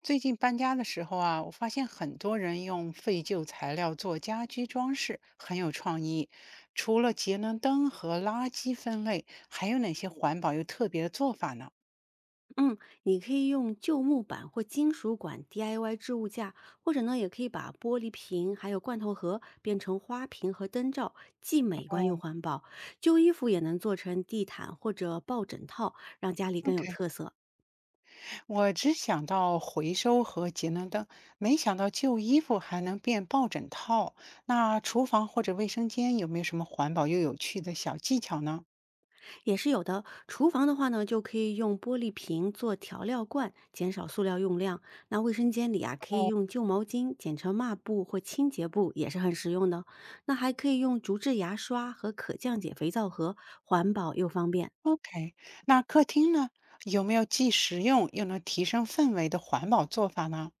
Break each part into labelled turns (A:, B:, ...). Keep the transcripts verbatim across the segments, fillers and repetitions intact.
A: 最近搬家的时候啊，我发现很多人用废旧材料做家居装饰，很有创意。除了节能灯和垃圾分类，还有哪些环保又特别的做法呢？
B: 嗯，你可以用旧木板或金属管 D I Y 置物架，或者呢，也可以把玻璃瓶还有罐头盒变成花瓶和灯罩，既美观又
A: 哦
B: 环保。旧衣服也能做成地毯或者抱枕套，让家里更有
A: ，OK，
B: 特色。
A: 我只想到回收和节能灯，没想到旧衣服还能变抱枕套。那厨房或者卫生间有没有什么环保又有趣的小技巧呢？
B: 也是有的。厨房的话呢，就可以用玻璃瓶做调料罐，减少塑料用量。那卫生间里啊，可以
A: 哦，
B: 用旧毛巾剪成抹布或清洁布，也是很实用的。那还可以用竹制牙刷和可降解肥皂盒，环保又方便。
A: ？OK，那客厅呢，有没有既实用又能提升氛围的环保做法呢？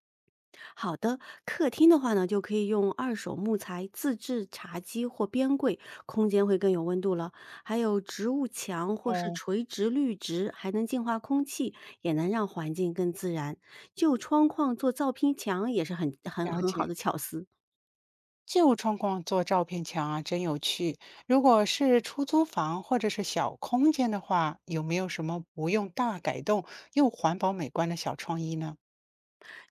B: 好的，客厅的话呢，就可以用二手木材自制茶几或边柜，空间会更有温度了。还有植物墙或是
A: 哦，
B: 垂直绿植，还能净化空气，也能让环境更自然。旧窗框做造拼墙也是很很
A: 了
B: 很好
A: 解。
B: 的巧思。
A: 旧窗框做照片墙啊，真有趣。如果是出租房或者是小空间的话，有没有什么不用大改动又环保美观的小创意呢？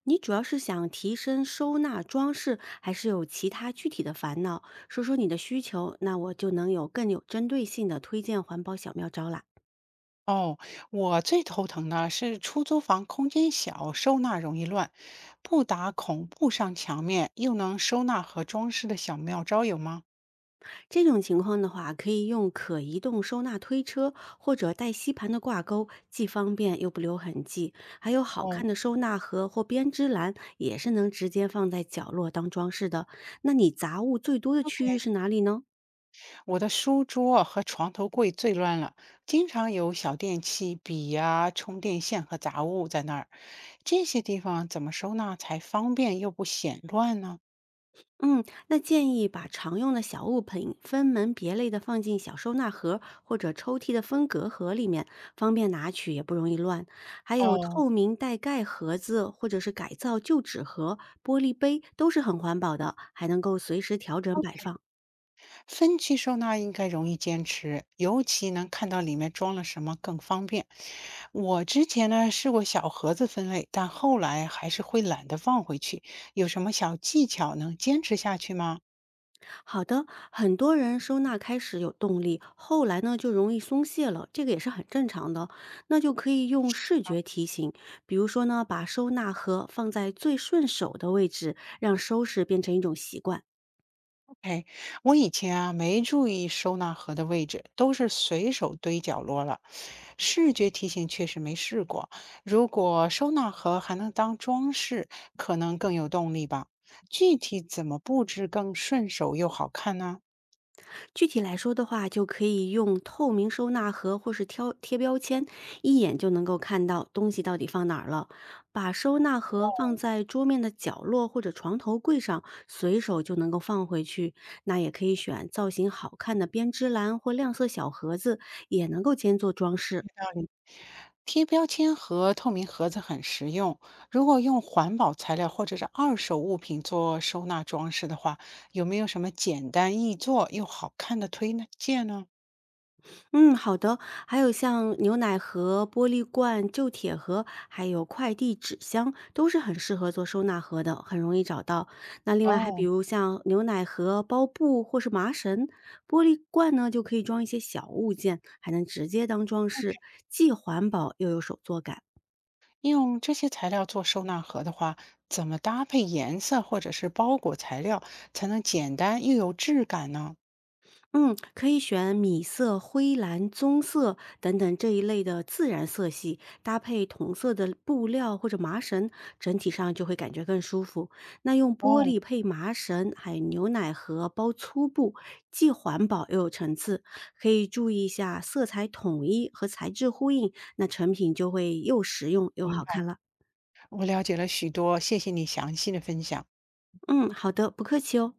B: 你主要是想提升收纳装饰，还是有其他具体的烦恼？说说你的需求，那我就能有更有针对性的推荐环保小妙招啦。
A: 哦，我最头疼的是出租房空间小，收纳容易乱，不打孔不上墙面，又能收纳和装饰的小妙招有吗？
B: 这种情况的话，可以用可移动收纳推车或者带吸盘的挂钩，既方便又不留痕迹。还有好
A: 哦
B: 看的收纳盒或编织篮，也是能直接放在角落当装饰的。那你杂物最多的区域
A: ，OK。
B: 是哪里呢？
A: 我的书桌和床头柜最乱了，经常有小电器、笔呀、充电线和杂物在那儿。这些地方怎么收纳才方便又不显乱呢？
B: 嗯，那建议把常用的小物品分门别类的放进小收纳盒或者抽屉的分隔盒里面，方便拿取，也不容易乱。还有
A: 哦，
B: 透明带盖盒子，或者是改造旧纸盒、玻璃杯，都是很环保的，还能够随时调整摆放。
A: 分区收纳应该容易坚持，尤其能看到里面装了什么更方便。我之前呢试过小盒子分类，但后来还是会懒得放回去。有什么小技巧能坚持下去吗？
B: 好的，很多人收纳开始有动力，后来呢就容易松懈了，这个也是很正常的。那就可以用视觉提醒，比如说呢，把收纳盒放在最顺手的位置，让收拾变成一种习惯。
A: 哎，我以前啊没注意收纳盒的位置，都是随手堆角落了。视觉提醒确实没试过。如果收纳盒还能当装饰，可能更有动力吧。具体怎么布置更顺手又好看呢？
B: 具体来说的话，就可以用透明收纳盒或是挑贴标签，一眼就能够看到东西到底放哪儿了。把收纳盒放在桌面的角落或者床头柜上，随手就能够放回去。那也可以选造型好看的编织篮或亮色小盒子，也能够兼做装饰。
A: 贴标签和透明盒子很实用。如果用环保材料或者是二手物品做收纳装饰的话，有没有什么简单易做又好看的推荐呢？
B: 嗯，好的。还有像牛奶盒、玻璃罐、旧铁盒，还有快递纸箱，都是很适合做收纳盒的，很容易找到。那另外还比
A: 哦，
B: 如像牛奶盒、包布或是麻绳，玻璃罐呢就可以装一些小物件，还能直接当装饰，既环保又有手作感。
A: 用这些材料做收纳盒的话，怎么搭配颜色或者是包裹材料才能简单又有质感呢？
B: 嗯，可以选米色、灰蓝、棕色等等这一类的自然色系，搭配同色的布料或者麻绳，整体上就会感觉更舒服。那用玻
A: 哦，
B: 璃配麻绳，还有牛奶盒包粗布，既环保又有层次。可以注意一下色彩统一和材质呼应，那成品就会又实用又
A: 明
B: 好看
A: 白，
B: 了。
A: 我了解了许多，谢谢你详细的分享。
B: 嗯，好的，不客气哦。